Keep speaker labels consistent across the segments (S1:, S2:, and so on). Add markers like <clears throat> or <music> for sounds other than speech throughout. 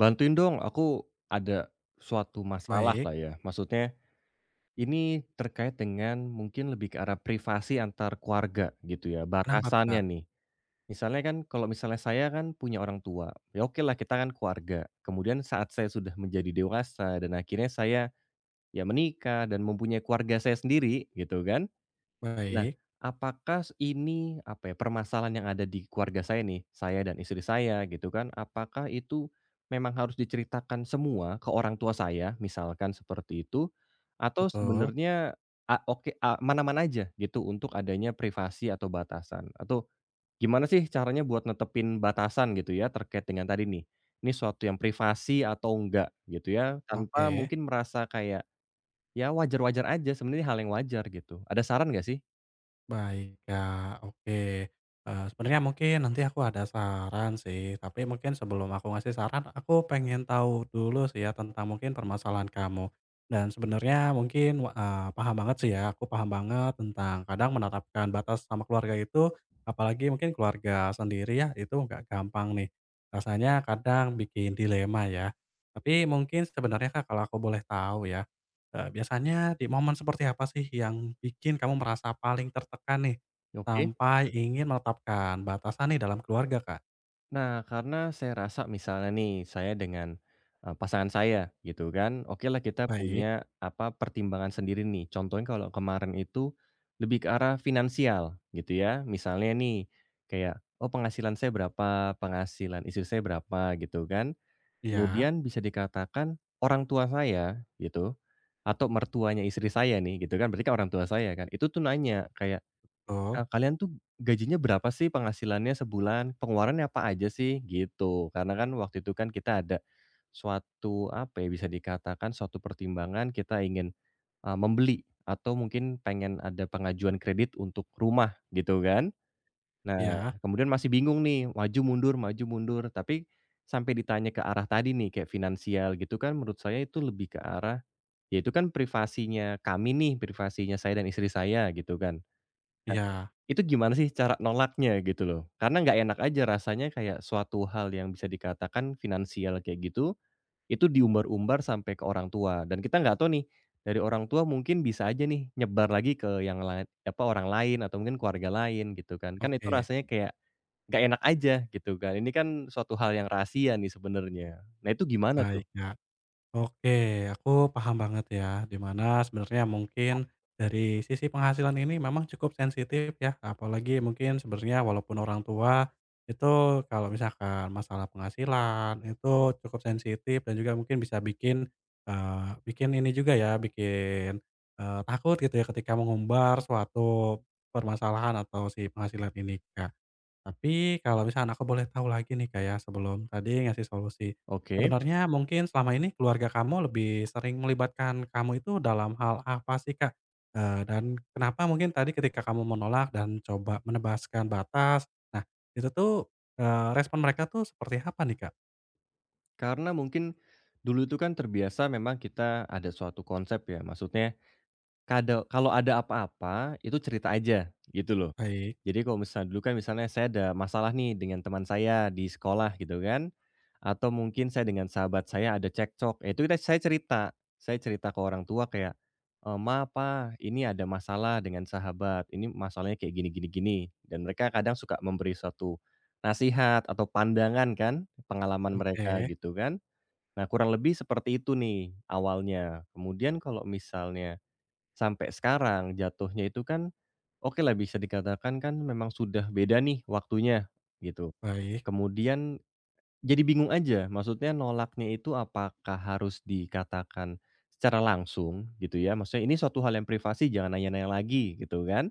S1: Bantuin dong, aku ada suatu masalah
S2: Baik,
S1: lah ya. Maksudnya ini terkait dengan mungkin lebih ke arah privasi antar keluarga gitu ya,
S2: kenapa tuh,
S1: batasannya
S2: Kak?
S1: nih. Misalnya kan kalau misalnya saya kan punya orang tua, ya oke lah kita kan keluarga. Kemudian saat saya sudah menjadi dewasa dan akhirnya saya ya menikah dan mempunyai keluarga saya sendiri gitu kan. Nah,
S2: Baik,
S1: apakah ini, apa ya, permasalahan yang ada di keluarga saya nih, saya dan istri saya gitu kan, apakah itu memang harus diceritakan semua ke orang tua saya, misalkan seperti itu, atau
S2: betul,
S1: sebenarnya oke, mana aman aja gitu untuk adanya privasi atau batasan? Atau gimana sih caranya buat netepin batasan gitu ya terkait dengan tadi nih, ini suatu yang privasi atau enggak gitu ya, tanpa
S2: oke,
S1: mungkin merasa kayak, ya wajar-wajar aja, sebenarnya hal yang wajar gitu. Ada saran nggak sih?
S2: baik, Kak, oke. Sebenarnya mungkin nanti aku ada saran sih, tapi mungkin sebelum aku ngasih saran, aku pengen tahu dulu sih ya tentang mungkin permasalahan kamu. Dan sebenarnya mungkin, paham banget sih ya, aku paham banget tentang kadang menerapkan batas sama keluarga itu, apalagi mungkin keluarga sendiri ya, itu nggak gampang nih. Rasanya kadang bikin dilema ya. Tapi mungkin sebenarnya, Kak, kalau aku boleh tahu ya. Biasanya di momen seperti apa sih yang bikin kamu merasa paling tertekan nih,
S1: Oke.
S2: sampai ingin menetapkan batasan nih dalam keluarga, Kak?
S1: Nah, karena saya rasa misalnya nih, saya dengan, pasangan saya gitu kan, oke lah kita
S2: Baik.
S1: punya apa, pertimbangan sendiri nih. Contohnya kalau kemarin itu lebih ke arah finansial gitu ya. Misalnya nih, kayak, "Oh penghasilan saya berapa, penghasilan istri saya berapa," gitu kan.
S2: Iya,
S1: Kemudian bisa dikatakan orang tua saya gitu, atau mertuanya istri saya nih gitu kan, berarti kan orang tua saya kan, itu tuh nanya kayak
S2: betul,
S1: Kalian tuh gajinya berapa sih penghasilannya sebulan? Pengeluarannya apa aja sih? Gitu. Karena kan waktu itu kan kita ada suatu, apa ya, bisa dikatakan suatu pertimbangan kita ingin, membeli atau mungkin pengen ada pengajuan kredit untuk rumah, gitu kan. Nah,
S2: iya,
S1: kemudian masih bingung nih, maju mundur, tapi sampai ditanya ke arah tadi nih, kayak finansial gitu kan menurut saya itu lebih ke arah, ya itu kan privasinya kami nih, privasinya saya dan istri saya, gitu kan.
S2: iya,
S1: Itu gimana sih cara nolaknya gitu loh? Karena nggak enak aja rasanya kayak suatu hal yang bisa dikatakan finansial kayak gitu, itu diumbar-umbar sampai ke orang tua dan kita nggak tahu nih, dari orang tua mungkin bisa aja nih nyebar lagi ke yang lain apa, orang lain atau mungkin keluarga lain gitu kan. Kan itu
S2: oke,
S1: rasanya kayak nggak enak aja gitu kan. Ini kan suatu hal yang rahasia nih sebenarnya. Nah itu gimana tuh?
S2: baik, Kak. Oke, aku paham banget ya, di mana sebenarnya mungkin dari sisi penghasilan ini memang cukup sensitif ya, apalagi mungkin sebenarnya walaupun orang tua itu kalau misalkan masalah penghasilan itu cukup sensitif dan juga mungkin bisa bikin bikin ini juga ya, bikin takut gitu ya ketika mengumbar suatu permasalahan atau si penghasilan ini Kak. Tapi kalau misalnya aku boleh tahu lagi nih Kak ya, sebelum tadi ngasih solusi.
S1: Oke,
S2: Sebenarnya mungkin selama ini keluarga kamu lebih sering melibatkan kamu itu dalam hal apa sih Kak? Dan kenapa mungkin tadi ketika kamu menolak dan coba menebaskan batas, nah itu tuh, respon mereka tuh seperti apa nih Kak?
S1: karena mungkin dulu itu kan terbiasa memang kita ada suatu konsep ya, maksudnya Kado kalau ada apa-apa, itu cerita aja, gitu loh.
S2: Baik,
S1: Jadi kalau misalnya dulu kan misalnya saya ada masalah nih dengan teman saya di sekolah gitu kan, atau mungkin saya dengan sahabat saya ada cekcok, itu saya cerita. Saya cerita ke orang tua kayak, "Ma, Pa, ini ada masalah dengan sahabat, ini masalahnya kayak gini gini gini." Dan mereka kadang suka memberi suatu nasihat atau pandangan kan, pengalaman mereka
S2: oke,
S1: gitu kan. Nah kurang lebih seperti itu nih awalnya. Kemudian kalau misalnya sampai sekarang jatuhnya itu kan, oke lah bisa dikatakan kan memang sudah beda nih waktunya, gitu.
S2: baik,
S1: Kemudian jadi bingung aja, maksudnya nolaknya itu apakah harus dikatakan secara langsung gitu ya, maksudnya ini suatu hal yang privasi jangan nanya-nanya lagi gitu kan,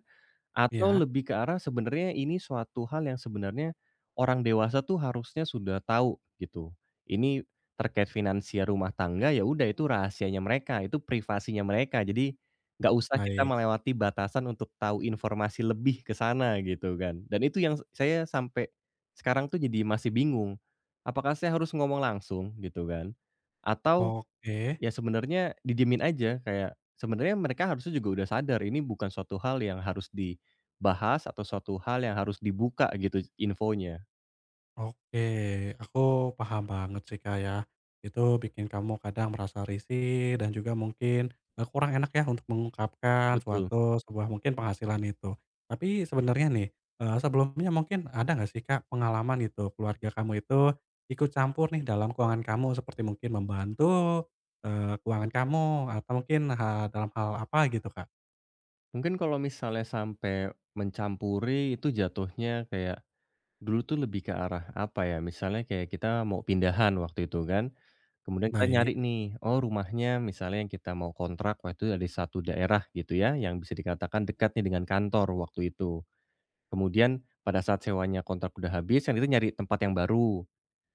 S1: atau
S2: iya,
S1: lebih ke arah sebenarnya ini suatu hal yang sebenarnya orang dewasa tuh harusnya sudah tahu gitu. Ini terkait finansial rumah tangga, ya udah itu rahasianya mereka, itu privasinya mereka. Jadi nggak usah kita
S2: baik,
S1: melewati batasan untuk tahu informasi lebih ke sana gitu kan. Dan itu yang saya sampai sekarang tuh jadi masih bingung, apakah saya harus ngomong langsung gitu kan, atau
S2: oke.
S1: ya sebenarnya didiemin aja, kayak sebenarnya mereka harusnya juga udah sadar ini bukan suatu hal yang harus dibahas atau suatu hal yang harus dibuka gitu infonya.
S2: Oke, aku paham banget sih, Kak, ya. Itu bikin kamu kadang merasa risih dan juga mungkin, kurang enak ya untuk mengungkapkan
S1: Betul.
S2: suatu sebuah mungkin penghasilan itu. Tapi sebenarnya nih, sebelumnya mungkin ada nggak sih, Kak, pengalaman gitu keluarga kamu itu ikut campur nih dalam keuangan kamu seperti mungkin membantu, keuangan kamu atau mungkin ha dalam hal apa gitu, Kak?
S1: Mungkin kalau misalnya sampai mencampuri itu jatuhnya kayak dulu tuh lebih ke arah apa ya, misalnya kayak kita mau pindahan waktu itu kan, kemudian kita nyari
S2: Baik,
S1: nih, oh rumahnya misalnya yang kita mau kontrak waktu itu ada di satu daerah gitu ya, yang bisa dikatakan dekat nih dengan kantor waktu itu. Kemudian pada saat sewanya kontrak udah habis, yang itu nyari tempat yang baru.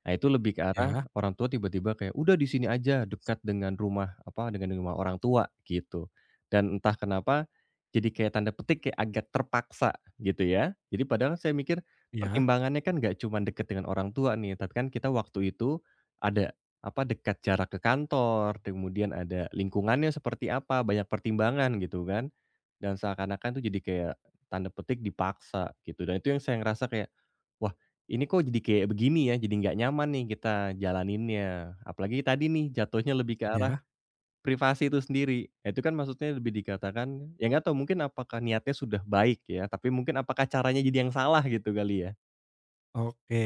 S1: Nah, itu lebih ke arah
S2: ya,
S1: orang tua tiba-tiba kayak, "Udah di sini aja, dekat dengan rumah apa, dengan rumah orang tua," gitu. Dan entah kenapa jadi kayak tanda petik kayak agak terpaksa gitu ya. Jadi padahal saya mikir
S2: ya,
S1: pertimbangannya kan nggak cuma dekat dengan orang tua nih, tapi kan kita waktu itu ada apa, dekat jarak ke kantor, kemudian ada lingkungannya seperti apa, banyak pertimbangan gitu kan. Dan seakan-akan tuh jadi kayak tanda petik dipaksa gitu dan itu yang saya ngerasa kayak, "Wah ini kok jadi kayak begini ya, jadi nggak nyaman nih kita jalaninnya." Apalagi tadi nih jatuhnya lebih ke arah
S2: ya.
S1: privasi itu sendiri. Ya, itu kan maksudnya lebih dikatakan ya nggak tahu mungkin apakah niatnya sudah baik ya, tapi mungkin apakah caranya jadi yang salah gitu kali ya?
S2: Oke.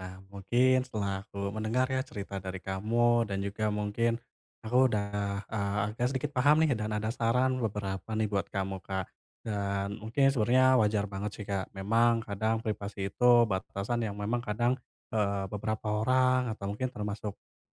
S2: Nah, mungkin setelah aku mendengar ya cerita dari kamu dan juga mungkin aku udah, agak sedikit paham nih dan ada saran beberapa nih buat kamu, Kak. Dan mungkin sebenarnya wajar banget sih, Kak. Memang kadang privasi itu batasan yang memang kadang, beberapa orang atau mungkin termasuk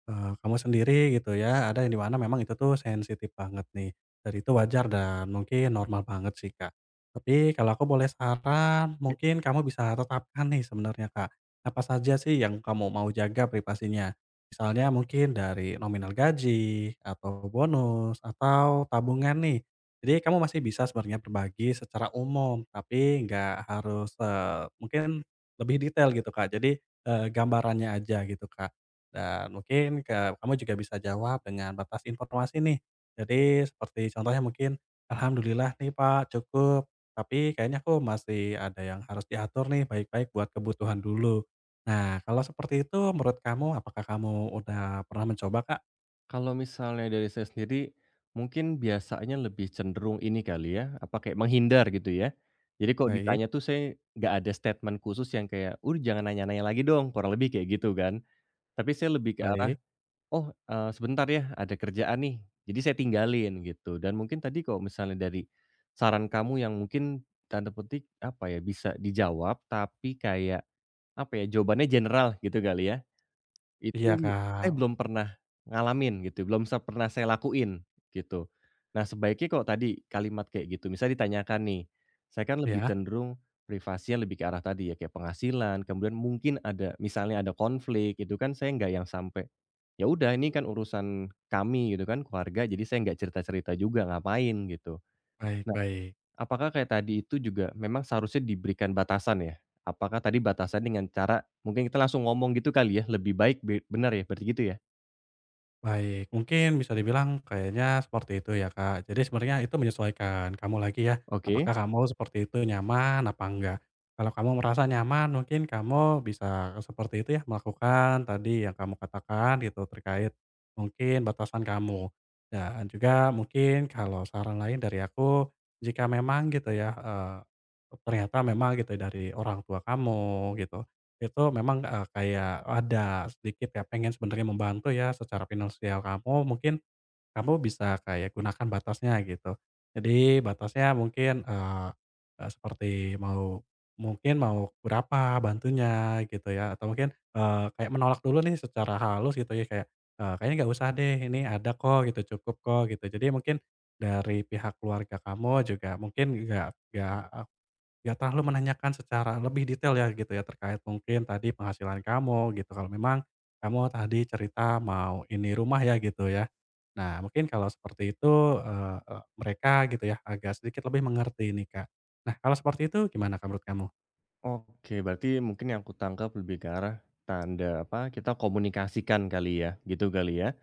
S2: Kamu sendiri gitu ya, ada yang di mana memang itu tuh sensitif banget nih, dan itu wajar dan mungkin normal banget sih, Kak. Tapi kalau aku boleh saran, mungkin kamu bisa tetapkan nih sebenarnya, Kak, apa saja sih yang kamu mau jaga privasinya. Misalnya mungkin dari nominal gaji, atau bonus, atau tabungan nih. Jadi kamu masih bisa sebenarnya berbagi secara umum, tapi nggak harus, mungkin lebih detail gitu, Kak. Jadi, gambarannya aja gitu, Kak. Dan mungkin ke kamu juga bisa jawab dengan batas informasi nih. Jadi seperti contohnya mungkin, "Alhamdulillah nih Pak cukup, tapi kayaknya aku masih ada yang harus diatur nih baik-baik buat kebutuhan dulu." Nah, kalau seperti itu menurut kamu apakah kamu udah pernah mencoba, Kak?
S1: Kalau misalnya dari saya sendiri, mungkin biasanya lebih cenderung ini kali ya, apa, kayak menghindar gitu ya. Jadi kalau
S2: Baik
S1: ditanya tuh saya nggak ada statement khusus yang kayak, "udah jangan nanya-nanya lagi dong," kurang lebih kayak gitu kan. Tapi saya lebih ke arah,
S2: baik.
S1: "Oh, sebentar ya ada kerjaan nih." Jadi saya tinggalin gitu. Dan mungkin tadi kalau misalnya dari saran kamu yang mungkin tanda petik, apa ya, bisa dijawab tapi kayak, apa ya, jawabannya general gitu kali ya.
S2: Iya,
S1: Itu
S2: Kak.
S1: saya belum pernah ngalamin gitu, belum pernah saya lakuin gitu. Nah, sebaiknya kok tadi kalimat kayak gitu, misalnya ditanyakan nih, saya kan lebih
S2: Iya,
S1: cenderung privasinya lebih ke arah tadi ya, kayak penghasilan, kemudian mungkin ada misalnya ada konflik itu kan saya nggak yang sampai, "Ya udah ini kan urusan kami," gitu kan, "keluarga, jadi saya nggak cerita-cerita juga, ngapain," gitu.
S2: baik baik.
S1: Apakah kayak tadi itu juga memang seharusnya diberikan batasan ya? Apakah tadi batasan dengan cara mungkin kita langsung ngomong gitu kali ya, lebih baik bener ya, berarti gitu ya?
S2: Baik, mungkin bisa dibilang kayaknya seperti itu ya, Kak. Jadi sebenarnya itu menyesuaikan kamu lagi ya,
S1: Oke.
S2: apakah kamu seperti itu nyaman apa enggak. Kalau kamu merasa nyaman mungkin kamu bisa seperti itu ya, melakukan tadi yang kamu katakan gitu terkait mungkin batasan kamu. Dan juga mungkin kalau saran lain dari aku, jika memang gitu ya, ternyata memang gitu dari orang tua kamu gitu itu memang, kayak ada sedikit ya pengen sebenarnya membantu ya secara finansial kamu, mungkin kamu bisa kayak gunakan batasnya gitu. Jadi batasnya mungkin, eee eee, seperti mau mungkin mau berapa bantunya gitu ya, atau mungkin, kayak menolak dulu nih secara halus gitu ya kayak, "Kayaknya nggak usah deh, ini ada kok gitu, cukup kok," gitu. Jadi mungkin dari pihak keluarga kamu juga mungkin nggak Nggak terlalu menanyakan secara lebih detail ya gitu ya, terkait mungkin tadi penghasilan kamu gitu, kalau memang kamu tadi cerita mau ini rumah ya gitu ya. Nah mungkin kalau seperti itu, eee eee, mereka gitu ya agak sedikit lebih mengerti nih, Kak. Nah kalau seperti itu gimana Kak menurut kamu?
S1: Oke, berarti mungkin yang aku tangkap lebih ke arah tanda apa, kita komunikasikan kali ya, gitu kali ya.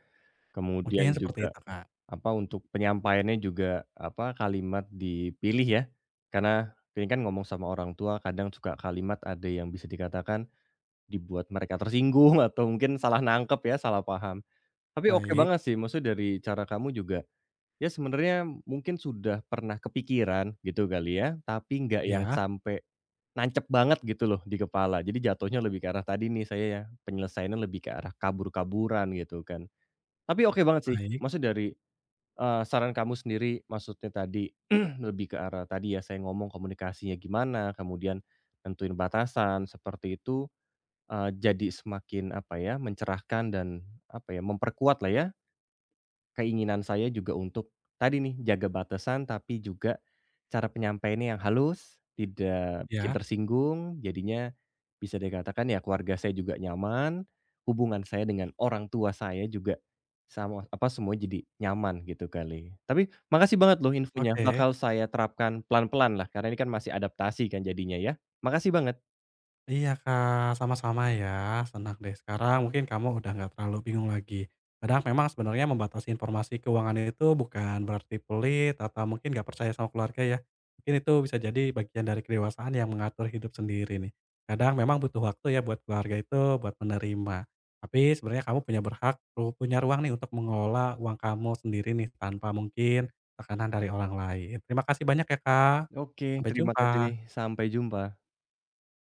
S2: Mungkin
S1: Kemudian
S2: seperti
S1: juga
S2: itu, Kak.
S1: apa, untuk penyampaiannya juga apa, kalimat dipilih ya. Karena ini kan ngomong sama orang tua kadang suka kalimat ada yang bisa dikatakan dibuat mereka tersinggung <laughs> atau mungkin salah nangkep ya, salah paham. Tapi oke
S2: Baik,
S1: banget sih, maksudnya dari cara kamu juga, ya sebenarnya mungkin sudah pernah kepikiran gitu kali ya, tapi nggak yang
S2: ya
S1: sampai nancep banget gitu loh di kepala. Jadi jatuhnya lebih ke arah tadi nih saya ya, penyelesaiannya lebih ke arah kabur-kaburan gitu kan. Tapi oke banget sih,
S2: baik,
S1: maksudnya dari, saran kamu sendiri, maksudnya tadi <clears throat> lebih ke arah tadi ya saya ngomong komunikasinya gimana, kemudian tentuin batasan seperti itu, jadi semakin apa ya, mencerahkan dan apa ya, memperkuat lah ya keinginan saya juga untuk tadi nih, jaga batasan tapi juga cara penyampaiannya yang halus, tidak bikin
S2: ya
S1: tersinggung, jadinya bisa dikatakan ya keluarga saya juga nyaman, hubungan saya dengan orang tua saya juga sama apa, semua jadi nyaman gitu kali. Tapi makasih banget loh infonya,
S2: oke.
S1: bakal saya terapkan pelan-pelan lah karena ini kan masih adaptasi kan jadinya ya. Makasih banget.
S2: Iya Kak, sama-sama ya, senang deh sekarang mungkin kamu udah nggak terlalu bingung lagi. Kadang memang sebenarnya membatasi informasi keuangan itu bukan berarti pelit atau mungkin nggak percaya sama keluarga ya. Mungkin itu bisa jadi bagian dari kedewasaan yang mengatur hidup sendiri nih. Kadang memang butuh waktu ya buat keluarga itu buat menerima. Tapi sebenarnya kamu punya berhak, punya ruang nih untuk mengelola uang kamu sendiri nih tanpa mungkin tekanan dari orang lain. Terima kasih banyak ya Kak,
S1: Oke,
S2: sampai
S1: terima kasih,
S2: jumpa.
S1: sampai jumpa.